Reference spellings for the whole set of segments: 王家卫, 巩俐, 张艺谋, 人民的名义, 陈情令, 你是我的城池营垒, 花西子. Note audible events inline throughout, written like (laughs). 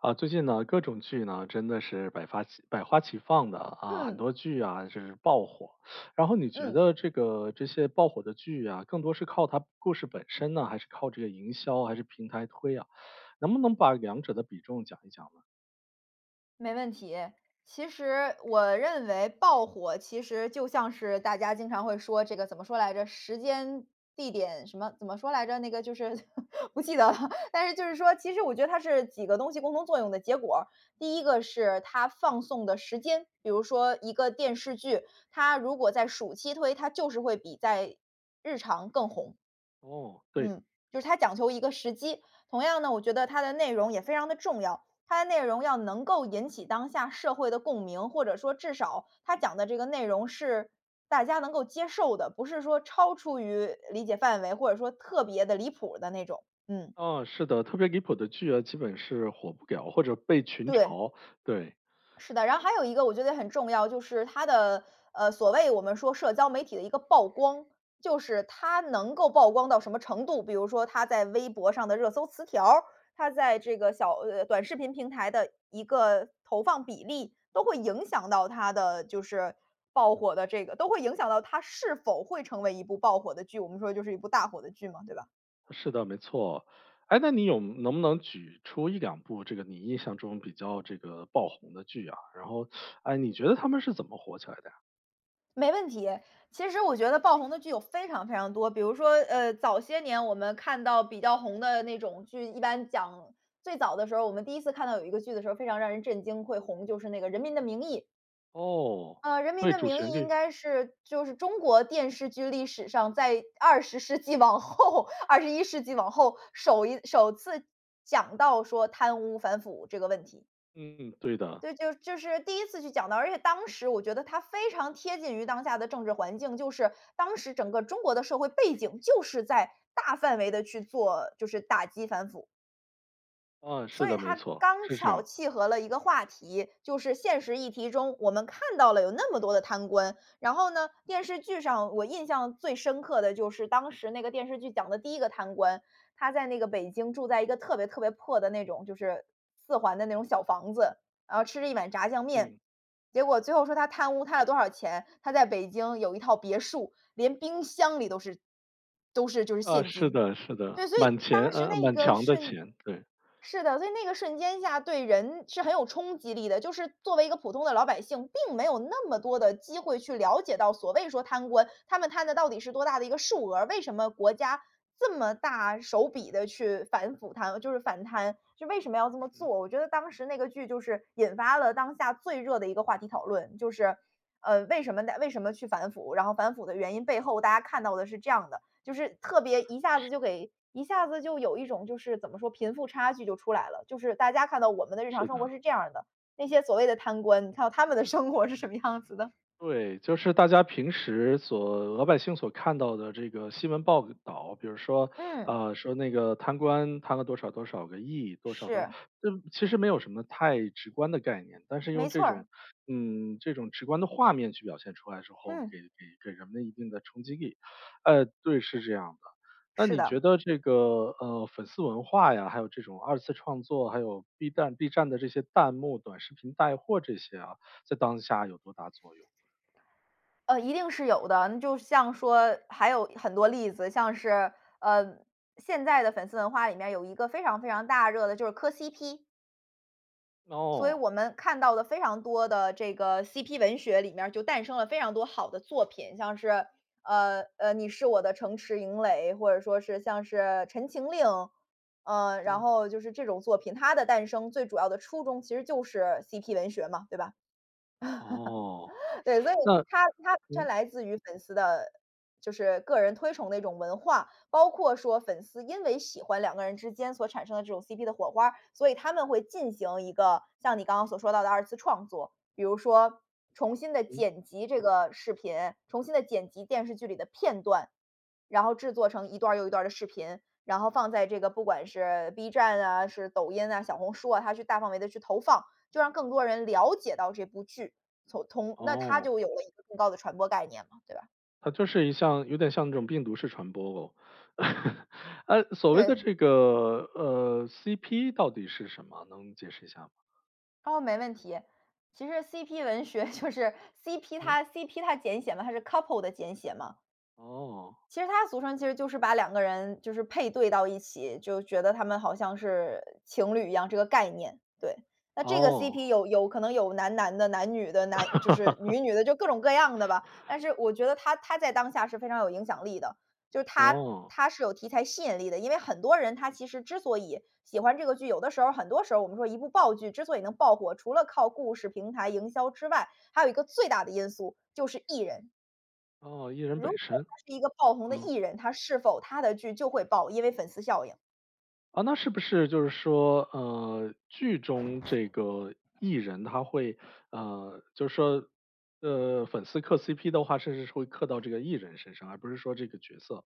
啊，最近呢，各种剧呢，真的是百花齐放的啊，很嗯多剧啊，就是爆火。然后你觉嗯，得这些爆火的剧啊，更多是靠它故事本身呢，还是靠这个营销，还是平台推啊？能不能把两者的比重讲一讲呢？没问题。其实我认为爆火其实就像是大家经常会说这个怎么说来着，时间、地点什么怎么说来着？那个就是 (laughs) 不记得了。但是就是说，其实我觉得它是几个东西共同作用的结果。第一个是它放送的时间，比如说一个电视剧，它如果在暑期推，它就是会比在日常更红。哦，对。嗯，就是它讲求一个时机。同样呢，我觉得它的内容也非常的重要，它的内容要能够引起当下社会的共鸣，或者说至少它讲的这个内容是大家能够接受的，不是说超出于理解范围，或者说特别的离谱的那种。嗯，啊，是的，特别离谱的剧啊，基本是火不了，或者被群对。嘲，对。是的，然后还有一个我觉得很重要，就是它的，所谓我们说社交媒体的一个曝光，就是它能够曝光到什么程度。比如说它在微博上的热搜词条儿，它在这个短视频平台的一个投放比例，都会影响到它的就是爆火的这个都会影响到它是否会成为一部爆火的剧，我们说就是一部大火的剧嘛，对吧？是的，没错。哎，那能不能举出一两部这个你印象中比较这个爆红的剧啊？然后，哎，你觉得他们是怎么火起来的呀？没问题，其实我觉得爆红的剧有非常非常多，比如说，早些年我们看到比较红的那种剧，一般讲最早的时候，我们第一次看到有一个剧的时候，非常让人震惊，会红，就是那个《人民的名义》。哦，《人民对，的主名旋义》应律。该是就是中国电视剧历史上在二十世纪往后、二十一世纪往后首次讲到说贪污反腐这个问题。嗯，对的。对，就是第一次去讲到，而且当时我觉得它非常贴近于当下的政治环境，就是当时整个中国的社会背景就是在大范围的去做，就是打击反腐。啊，是所以的，没它错，刚是这巧样。契合了一个话题，就是现实议题中我们看到了有那么多的贪官。然后呢，电视剧上我印象最深刻的就是当时那个电视剧讲的第一个贪官，他在那个北京住在一个特别特别破的那种就是四环的那种小房子，然后吃着一碗炸酱面。嗯，结果最后说他贪污贪了多少钱，他在北京有一套别墅，连冰箱里都是就是啊，现是金。的，是的，对，所以满钱。当时嗯，那满个墙的瞬钱，对，是的，所以那个瞬间下对人是很有冲击力的。就是作为一个普通的老百姓，并没有那么多的机会去了解到所谓说贪官，他们贪的到底是多大的一个数额，为什么国家这么大手笔的去反腐贪就是反贪，就为什么要这么做？我觉得当时那个剧就是引发了当下最热的一个话题讨论，就是，为什么去反腐，然后反腐的原因背后大家看到的是这样的。就是特别一下子就有一种就是怎么说，贫富差距就出来了。就是大家看到我们的日常是生的。活是这样儿的，那些所谓的贪官，你看到他们的 (laughs) 生活是什么样子的。对，就是大家平时所老百姓所看到的这个新闻报道，比如说，嗯，说那个贪官贪了多少多少个亿，多少多少，是，这其实没有什么太直观的概念，但是没用这错儿，种，嗯，这种直观的画面去表现出来之后，嗯，给人们一定的冲击力。对，是这样的。那是你觉的，得这个粉丝文化呀，还有这种二次创作，还有 B 站的这些弹幕、短视频带货这些啊，在当下有多大作用？一定是有的。就像说还有很多例子，像是，呃，现在的粉丝文化里面有一个非常非常大热的就是磕 CP。所以哦，我们看到的非常多的这个 CP 文学里面儿就诞生了非常多好的作品，像是，你是我的城池营垒，或者说是像是陈情令，然嗯，后就是这种作品，它的诞生最主要的初衷其实就是 CP 文学嘛，对吧？哦，对，所以那它完全嗯来自于粉丝的，就是个人推崇的一种文化，包括说粉丝因为喜欢两个人之间所产生的这种 CP 的火花所以他们会进行一个像你刚刚所说到的二次创作，比如说重新的嗯，剪辑这个视频，重新的剪辑电视剧里的片段，然后制作成一段儿又一段儿的视频，然后放在这个不管是 B 站啊、是抖音啊、小红书啊，它去大范围的去投放，就让更多人了解到这部剧，从那它哦，就有了一个更高的传播概念嘛，对吧？它就是一项有点像那种病毒式传播哦。(laughs) 所谓的对，这个，CP 到底是什么？能解释一下吗？哦，没问题。其实 CP 文学 (laughs) 就是 CP 嗯，它 CP 它简写嘛，它是 couple 的简写嘛。哦，其实它的俗称其实就是把两个人就是配对到一起，就觉得他们好像是情侣一样这个概念，对。那这个 哦，CP 有可能有男男的、男女的、男就是女女的，就各种各样的吧。但是我觉得它在当下是非常有影响力的，就是它哦，它是有题材吸引力的。因为很多人他其实之所以喜欢这个剧，有的时候很多时候我们说一部爆剧之所以能爆火，除了靠故事、平台、营销之外，还有一个最大的因素就是艺人。哦，艺人如果本他身，是一个爆红的嗯。艺人，他是否他的剧就会爆，因为粉丝效应。啊，那是不是就是说，剧中这个艺人他会，就是说，粉丝磕 CP 的话，甚至是会磕到这个艺人身上，而不是说这个角色。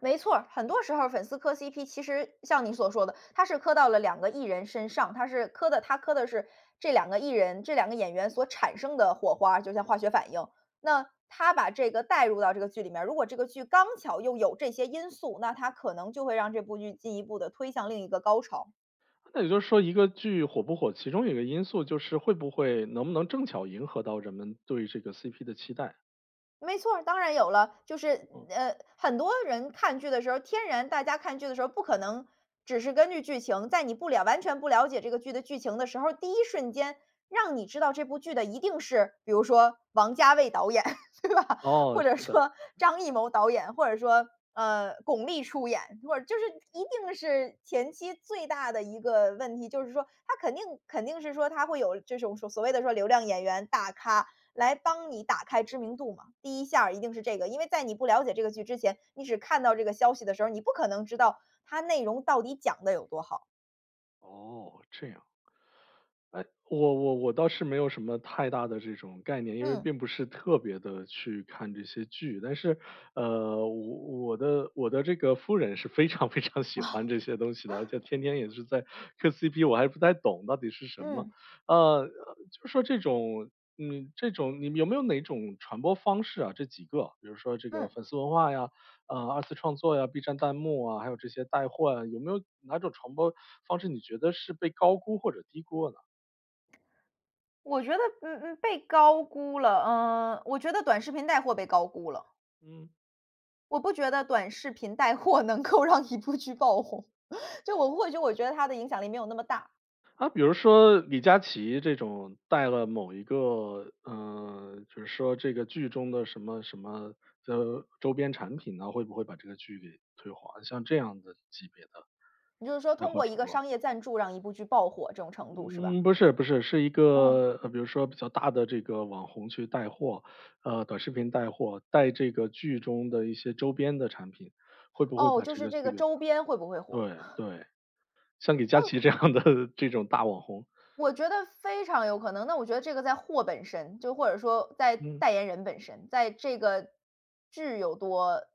没错儿，很多时候粉丝磕 CP，其实像你所说的，他是磕到了两个艺人身上，他磕的是这两个艺人、这两个演员所产生的火花，就像化学反应。那他把这个带入到这个剧里面儿如果这个剧刚巧又有这些因素，那他可能就会让这部剧进一步的推向另一个高潮。那也就是说，一个剧火不火，其中一个因素就是会不会能不能正巧迎合到人们对这个 CP 的期待。没错儿当然有了。就是，嗯，很多人看剧的时候，天然大家看剧的时候不可能只是根据剧情，在你不了完全不了解这个剧的剧情的时候，第一瞬间让你知道这部剧的一定是，比如说王家卫导演，(laughs) 对吧？哦，或是者的，说张艺谋导演，或者说，巩俐出演，或者就是一定是前期最大的一个问题，就是说他肯定是说他会有这种所谓的说流量演员、大咖，来帮你打开知名度嘛。第一下儿一定是这个，因为在你不了解这个剧之前，你只看到这个消息的时候，你不可能知道它内容到底讲的有多好。哦，这样。哎，我倒是没有什么太大的这种概念，因为嗯。并不是特别的去看这些剧。但是，我的这个夫人是非常 (laughs) 非常喜欢这些东西的，而且天天也是在磕 CP，我还不太懂到底是什么。嗯呃，就是说这种你们有没有哪种传播方式啊，这几个，比如说这个嗯，粉丝文化呀，二次创作呀，B 站弹幕啊，还有这些带货啊，有没有哪种传播方式你觉得是被高估或者低估了呢？我觉得被高估了，嗯，我觉得短视频带货被高估了，嗯，我不觉得短视频带货能够让一部剧爆红，(laughs) 或许我觉得它的影响力没有那么大，啊，比如说李佳琦这种带了某一个，就是说这个剧中的什么什么的周边产品呢，会不会把这个剧给推黄？像这样的级别的你就是说带通货过一主个播，商业赞助让一部剧爆火这种程度是吧？嗯，不是不是，是一嗯，个，比如说比较大的这个网红去带货，短视频带货，带这个剧中的一些周边的产品，会不会哦，把就这是个这剧个给周边会不会火？对 (laughs) 对，像李佳哦。琦这样的 (laughs) 这种大网红，我觉得非常有可能。那我觉得这个在货本身，就或者说在嗯。代言人本身，在这个剧有多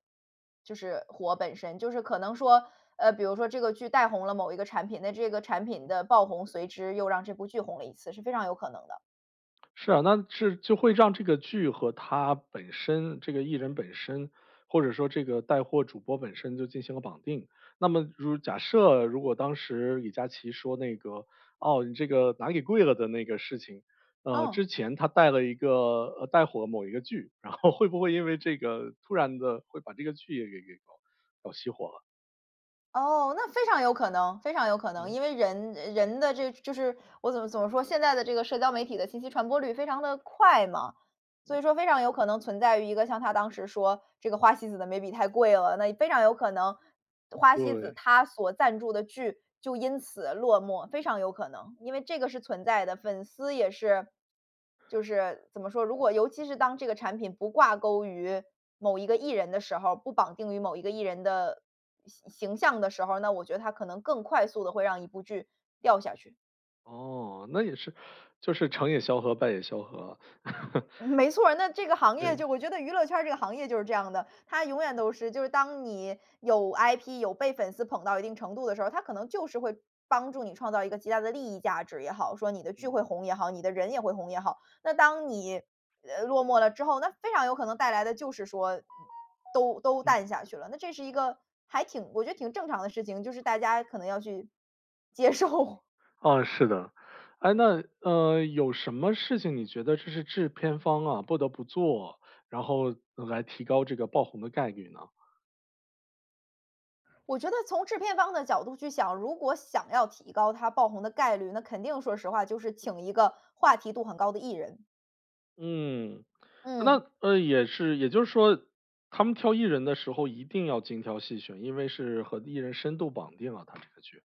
就是火本身，就是可能说，比如说这个剧带红了某一个产品，那这个产品的爆红，随之又让这部剧红了一次，是非常有可能的。是啊，那是就会让这个剧和他本身，这个艺人本身，或者说这个带货主播本身就进行了绑定。那么如假设如果当时李佳琦说那个，哦，你这个拿给贵了的那个事情，嗯。之前他带了一个带火某一个剧，然后会不会因为这个突然的会把这个剧也给搞熄火了？哦，那非常有可能，非常有可能，嗯，因为人的这就是我怎么说，现在的这个社交媒体的信息传播率非常的快嘛，所以说非常有可能存在于一个像他当时说这个花西子的眉笔太贵了，那非常有可能花西子对，他所赞助的剧就因此落寞，非常有可能，因为这个是存在的，粉丝也是，就是怎么说，如果尤其是当这个产品不挂钩于某一个艺人的时候，不绑定于某一个艺人的形象的时候，那我觉得它可能更快速的会让一部剧掉下去。哦，那也是，就是成也萧何败也萧何啊。(laughs) 嗯没错儿，那这个行业对，就我觉得娱乐圈儿这个行业就是这样的，它永远都是就是当你有 IP，有被粉丝捧到一定程度的时候，它可能就是会帮助你创造一个极大的利益价值也好，说你的剧会嗯红也好，你的人也会红也好。那当你，落寞了之后，那非常有可能带来的就是说都嗯。淡下去了，那这是一个还挺我觉得挺正常的事情，就是大家可能要去接受。啊，是的。哎，那有什么事情你觉得这是制片方啊不得不做，然后来提高这个爆红的概率呢？我觉得从制片方的角度去想，如果想要提高它爆红的概率，那肯定说实话就是请一个话题度很高的艺人。嗯。嗯，那也是，也就是说，他们挑艺人的时候一定要精挑细选，因为是和艺人深度绑定了他这个剧。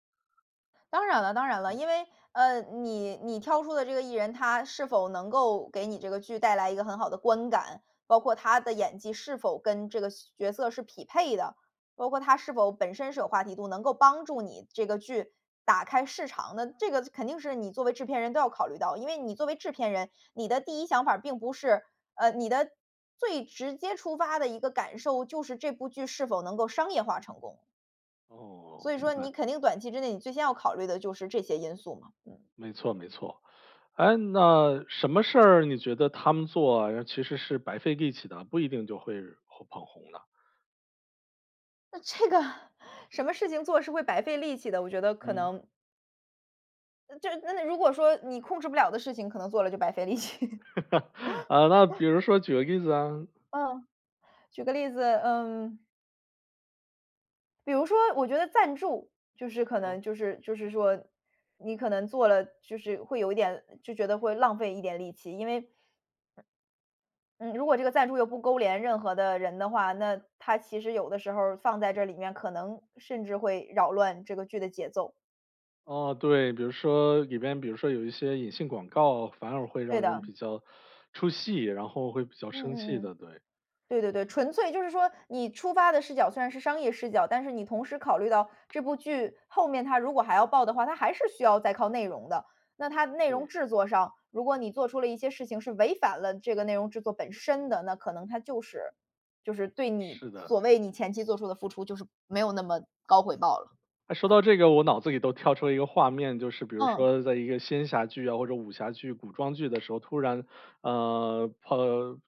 当然了，当然了，因为你挑出的这个艺人，他是否能够给你这个剧带来一个很好的观感，包括他的演技是否跟这个角色是匹配的，包括他是否本身是有话题度，能够帮助你这个剧打开市场的，这个肯定是你作为制片人都要考虑到，因为你作为制片人，你的第一想法并不是你的最直接出发的一个感受就是这部剧是否能够商业化成功。所哦，以明说白，你肯定短期之内，你最先要考虑的就是这些因素嘛，嗯。没错没错。哎，那什么事儿你觉得他们做啊其实是白费力气的，不一定就会火捧红的？那这个 (laughs) 什么事情做是会白费力气的，我觉得可嗯。能就那如果说你控制不了的事情，可能做了就白费力气。(laughs) (laughs) 啊，那比如说举个例子啊。嗯，举个例子，嗯，比如说我觉得赞助，就是可哦能就是说，你可能做了就是会有一点就觉得会浪费一点力气，因为嗯，如果这个赞助又不勾连任何的人的话，那它其实有的时候放在这里面，可能甚至会扰乱这个剧的节奏。哦，对。比如说有一些隐性广告，反而会对让人的，比较出戏，然后会比较嗯生气嗯嗯，的，对，对对对，纯粹就是说你出发的视角虽然是商业视角，但是你同时考虑到这部剧后面它如果还要爆的话，它还是需要再靠内容的。那它内容对，制作上，如果你做出了一些事情是违反了这个内容制作本身的，那可能它就是就是对你是所的。谓你前期做出的付出，就是没有那么高回报了。哎，说到这个，我脑子里都跳出了一个画面，就是比如嗯。说在一个仙侠剧啊，或者武侠剧、古装剧的时候，突然，呃，跑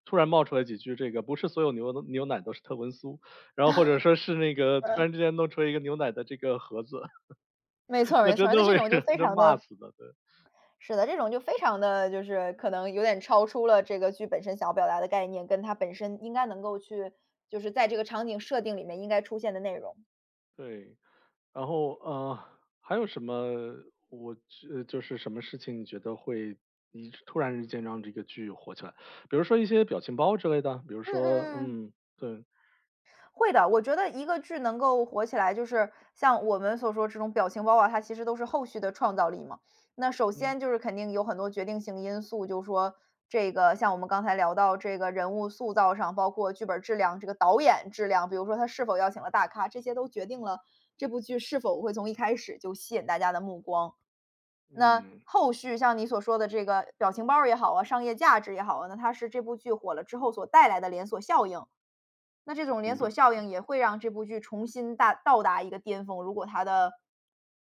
突然冒出来几句这个"不是所有牛奶都是特仑苏"，然后或者说是那个突呃，然之 (laughs) 间弄出来一个牛奶的这个盒子，没错 (laughs) 儿那没错真儿，那的这会 种 (laughs) 就让非人常骂的，死的，对。是的，这种就非常的，就是可能有点超出了这个剧本身想要表达的概念，跟它本身应该能够去就是在这个场景设定里面应该出现的内容。对，然后还有什么？我就是什么事情你觉得会一突然之间让这个剧火起来？比如说一些表情包之类的，比如嗯说嗯嗯。嗯，对，会的，我觉得一个剧能够火起来，就是像我们所说这种表情包啊，它其实都是后续的创造力嘛。那首嗯先就是肯定有很多决定性因素，就是说这个像我们刚才聊到这个人物塑造上，包括剧本质量、这个导演质量，比如说他是否邀请了大咖，这些都决定了这部剧是否会从一开始就吸引大家的目光。那嗯，后续像你所说的这个表情包儿也好啊，商业价值也好啊，那它是这部剧火了之后所带来的连锁效应。那这种连明锁白，效应也会让这部剧重新大到达一个巅峰，如果它的，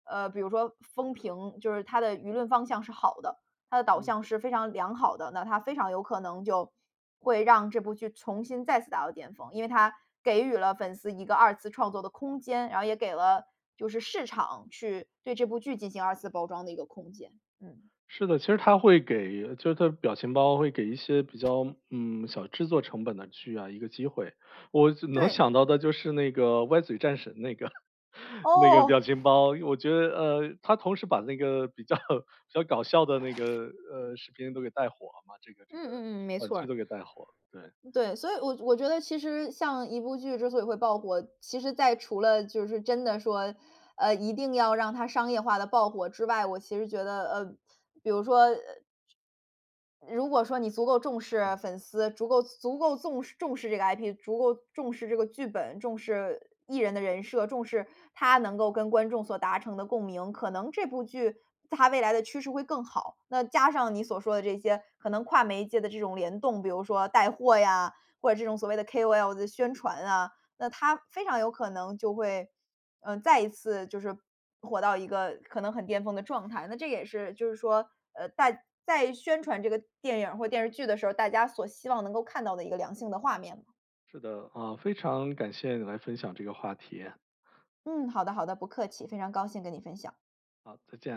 比如说风评，就是它的舆论方向是好的，它的导嗯。向是非常良好的，那它非常有可能就会让这部剧重新再次达到巅峰，因为它给予了粉丝一个二次创作的空间，然后也给了就是市场去对这部剧进行二次包装的一个空间。嗯，是的，其实他会给就是他表情包会给一些比较，小制作成本的剧啊一个机会。我只能对，想到的就是那个歪嘴战神那个 (laughs) 那个哦，表情包，我觉得，他同时把那个比较 (laughs) 比较搞笑的那个，视频都给带火了嘛，这个嗯嗯嗯，没短错剧儿。都给带火了，对。对，所以我觉得其实像一部剧之所以会爆火，其实在除了就是真的说，一定要让它商业化的爆火之外，我其实觉得，比如说，如果说你足够重视粉丝，足够重视这个 IP，足够重视这个剧本，重视艺人的人设，重视他能够跟观众所达成的共鸣，可能这部剧它未来的趋势会更好。那加上你所说的这些，可能跨媒介的这种联动，比如说带货呀，或者这种所谓的 KOL 的宣传啊，那它非常有可能就会嗯，再一次就是火到一个可能很巅峰的状态。那这也是就是说，大在宣传这个电影儿或电视剧的时候，大家所希望能够看到的一个良性的画面嘛。是的，啊，非常感谢你来分享这个话题，嗯，好的好的，不客气，非常高兴跟你分享。好，再见。